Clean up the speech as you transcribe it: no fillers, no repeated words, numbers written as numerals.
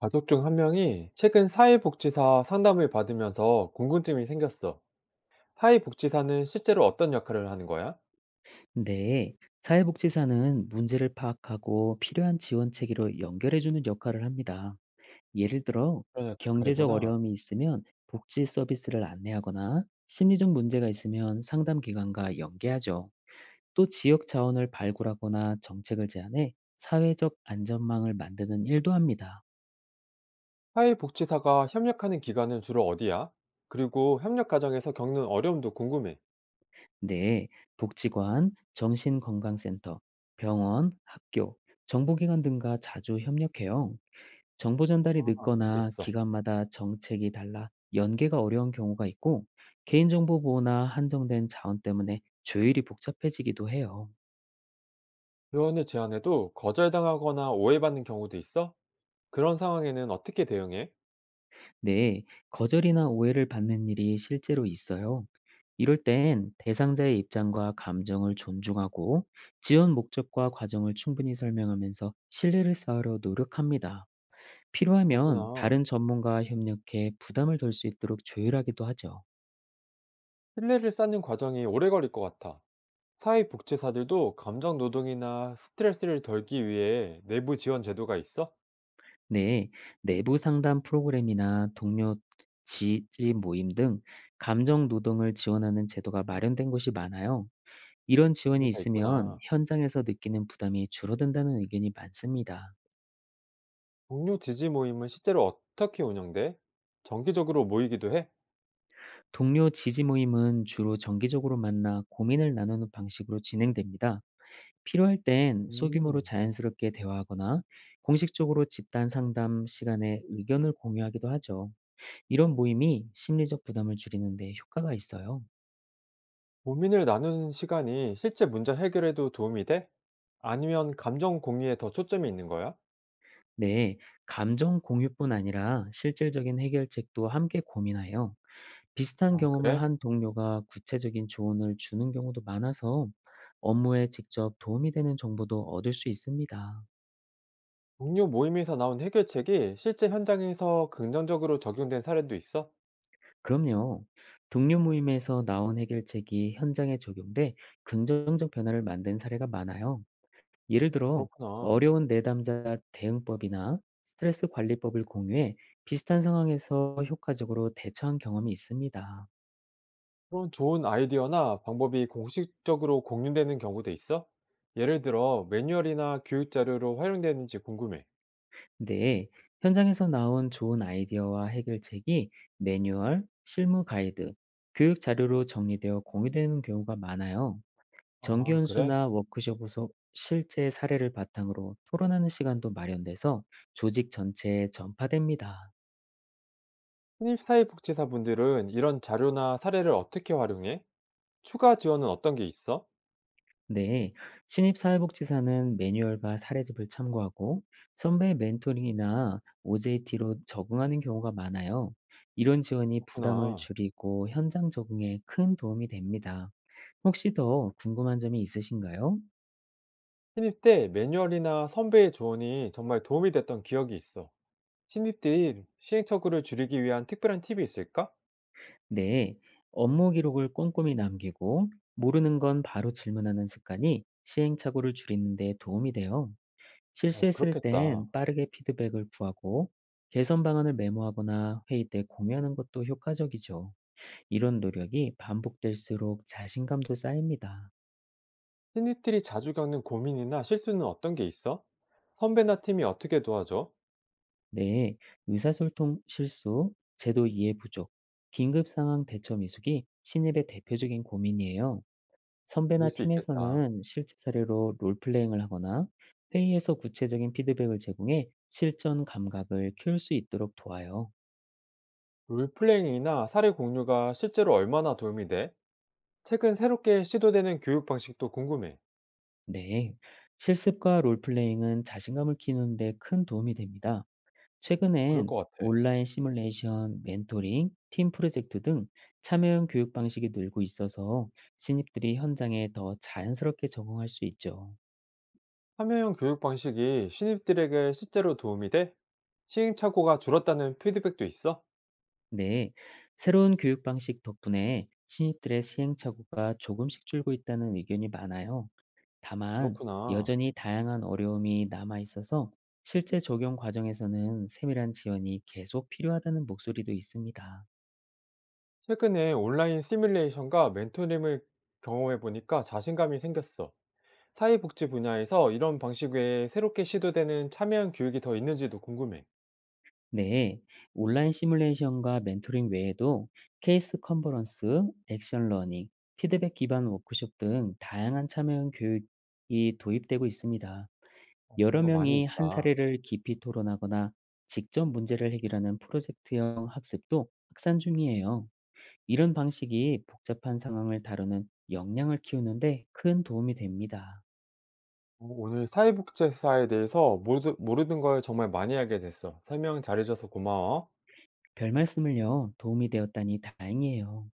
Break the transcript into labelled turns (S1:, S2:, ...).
S1: 가족 중 한 명이 최근 사회복지사 상담을 받으면서 궁금증이 생겼어. 사회복지사는 실제로 어떤 역할을 하는 거야?
S2: 네, 사회복지사는 문제를 파악하고 필요한 지원 체계로 연결해주는 역할을 합니다. 예를 들어,
S1: 그런
S2: 경제적
S1: 역할이구나.
S2: 어려움이 있으면 복지 서비스를 안내하거나 심리적 문제가 있으면 상담 기관과 연계하죠. 또 지역 자원을 발굴하거나 정책을 제안해 사회적 안전망을 만드는 일도 합니다.
S1: 사회복지사가 협력하는 기관은 주로 어디야? 그리고 협력 과정에서 겪는 어려움도 궁금해.
S2: 네, 복지관, 정신건강센터, 병원, 학교, 정부기관 등과 자주 협력해요. 정보 전달이
S1: 아,
S2: 늦거나
S1: 알겠어.
S2: 기관마다 정책이 달라 연계가 어려운 경우가 있고 개인정보 보호나 한정된 자원 때문에 조율이 복잡해지기도 해요.
S1: 조원을 제안해도 거절당하거나 오해받는 경우도 있어? 그런 상황에는 어떻게 대응해?
S2: 네, 거절이나 오해를 받는 일이 실제로 있어요. 이럴 땐 대상자의 입장과 감정을 존중하고 지원 목적과 과정을 충분히 설명하면서 신뢰를 쌓으려 노력합니다. 필요하면
S1: 그렇구나.
S2: 다른 전문가와 협력해 부담을 덜 수 있도록 조율하기도 하죠.
S1: 신뢰를 쌓는 과정이 오래 걸릴 것 같아. 사회복지사들도 감정 노동이나 스트레스를 덜기 위해 내부 지원 제도가 있어?
S2: 네, 내부 상담 프로그램이나 동료 지, 지 모임 등 감정 노동을 지원하는 제도가 마련된 곳이 많아요. 이런
S1: 그게
S2: 지원이
S1: 다
S2: 있으면
S1: 있구나.
S2: 현장에서 느끼는 부담이 줄어든다는 의견이 많습니다.
S1: 동료 지지 모임은 실제로 어떻게 운영돼? 정기적으로 모이기도 해?
S2: 동료 지지 모임은 주로 정기적으로 만나 고민을 나누는 방식으로 진행됩니다. 필요할 땐 소규모로
S1: 음.
S2: 자연스럽게 대화하거나 공식적으로 집단 상담 시간에 의견을 공유하기도 하죠. 이런 모임이 심리적 부담을 줄이는 데 효과가 있어요.
S1: 고민을 나누는 시간이 실제 문제 해결에도 도움이 돼? 아니면 감정 공유에 더 초점이 있는 거야?
S2: 네, 감정 공유뿐 아니라 실질적인 해결책도 함께 고민하여 비슷한
S1: 아,
S2: 경험을
S1: 그래?
S2: 한 동료가 구체적인 조언을 주는 경우도 많아서 업무에 직접 도움이 되는 정보도 얻을 수 있습니다.
S1: 동료 모임에서 나온 해결책이 실제 현장에서 긍정적으로 적용된 사례도 있어?
S2: 그럼요. 동료 모임에서 나온 해결책이 현장에 적용돼 긍정적 변화를 만든 사례가 많아요. 예를 들어,
S1: 그렇구나.
S2: 어려운 내담자 대응법이나 스트레스 관리법을 공유해 비슷한 상황에서 효과적으로 대처한 경험이 있습니다.
S1: 그런 좋은 아이디어나 방법이 공식적으로 공유되는 경우도 있어? 예를 들어 매뉴얼이나 교육 자료로 활용되는지 궁금해.
S2: 네, 현장에서 나온 좋은 아이디어와 해결책이 매뉴얼, 실무 가이드, 교육 자료로 정리되어 공유되는 경우가 많아요. 정기
S1: 아, 그래?
S2: 연수나 워크숍에서 실제 사례를 바탕으로 토론하는 시간도 마련돼서 조직 전체에 전파됩니다.
S1: 신입사회복지사분들은 이런 자료나 사례를 어떻게 활용해? 추가 지원은 어떤 게 있어?
S2: 네, 신입 사회복지사는 매뉴얼과 사례집을 참고하고 선배 멘토링이나 OJT로 적응하는 경우가 많아요. 이런 지원이 부담을
S1: 그렇구나.
S2: 줄이고 현장 적응에 큰 도움이 됩니다. 혹시 더 궁금한 점이 있으신가요?
S1: 신입 때 매뉴얼이나 선배의 조언이 정말 도움이 됐던 기억이 있어. 신입들이 시행착오를 줄이기 위한 특별한 팁이 있을까?
S2: 네. 업무 기록을 꼼꼼히 남기고 모르는 건 바로 질문하는 습관이 시행착오를 줄이는 데 도움이 돼요.
S1: 어,
S2: 실수했을
S1: 그렇겠다.
S2: 땐 빠르게 피드백을 구하고 개선 방안을 메모하거나 회의 때 공유하는 것도 효과적이죠. 이런 노력이 반복될수록 자신감도 쌓입니다.
S1: 신입들이 자주 겪는 고민이나 실수는 어떤 게 있어? 선배나 팀이 어떻게 도와줘?
S2: 네. 의사소통 실수, 제도 이해 부족, 긴급 상황 대처 미숙이 신입의 대표적인 고민이에요.
S1: 그럴
S2: 선배나
S1: 수 있겠다.
S2: 팀에서는 실제 사례로 롤플레잉을 하거나 회의에서 구체적인 피드백을 제공해 실전 감각을 키울 수 있도록 도와요.
S1: 롤플레잉이나 사례 공유가 실제로 얼마나 도움이 돼? 최근 새롭게 시도되는 교육 방식도 궁금해.
S2: 네. 실습과 롤플레잉은 자신감을 키우는데 큰 도움이 됩니다.
S1: 그럴
S2: 최근엔
S1: 것 같아.
S2: 온라인 시뮬레이션, 멘토링, 팀 프로젝트 등 참여형 교육 방식이 늘고 있어서 신입들이 현장에 더 자연스럽게 적응할 수 있죠.
S1: 참여형 교육 방식이 신입들에게 실제로 도움이 돼? 시행착오가 줄었다는 피드백도 있어?
S2: 네, 새로운 교육 방식 덕분에 신입들의 시행착오가 조금씩 줄고 있다는 의견이 많아요. 다만,
S1: 그렇구나.
S2: 여전히 다양한 어려움이 남아 있어서 실제 적용 과정에서는 세밀한 지원이 계속 필요하다는 목소리도 있습니다.
S1: 최근에 온라인 시뮬레이션과 멘토링을 경험해 보니까 자신감이 생겼어. 사회복지 분야에서 이런 방식 외에 새롭게 시도되는 참여형 교육이 더 있는지도 궁금해.
S2: 네, 온라인 시뮬레이션과 멘토링 외에도 케이스 컨퍼런스, 액션 러닝, 피드백 기반 워크숍 등 다양한 참여형 교육이 도입되고 있습니다.
S1: 어,
S2: 여러
S1: 뭔가 많이
S2: 명이 한
S1: 있다.
S2: 사례를 깊이 토론하거나 직접 문제를 해결하는 프로젝트형 학습도 확산 중이에요. 이런 방식이 복잡한 상황을 다루는 역량을 키우는데 큰 도움이 됩니다.
S1: 오늘 사회복지사에 대해서 모르는 걸 정말 많이 알게 됐어. 설명 잘해줘서 고마워.
S2: 별 말씀을요, 도움이 되었다니 다행이에요.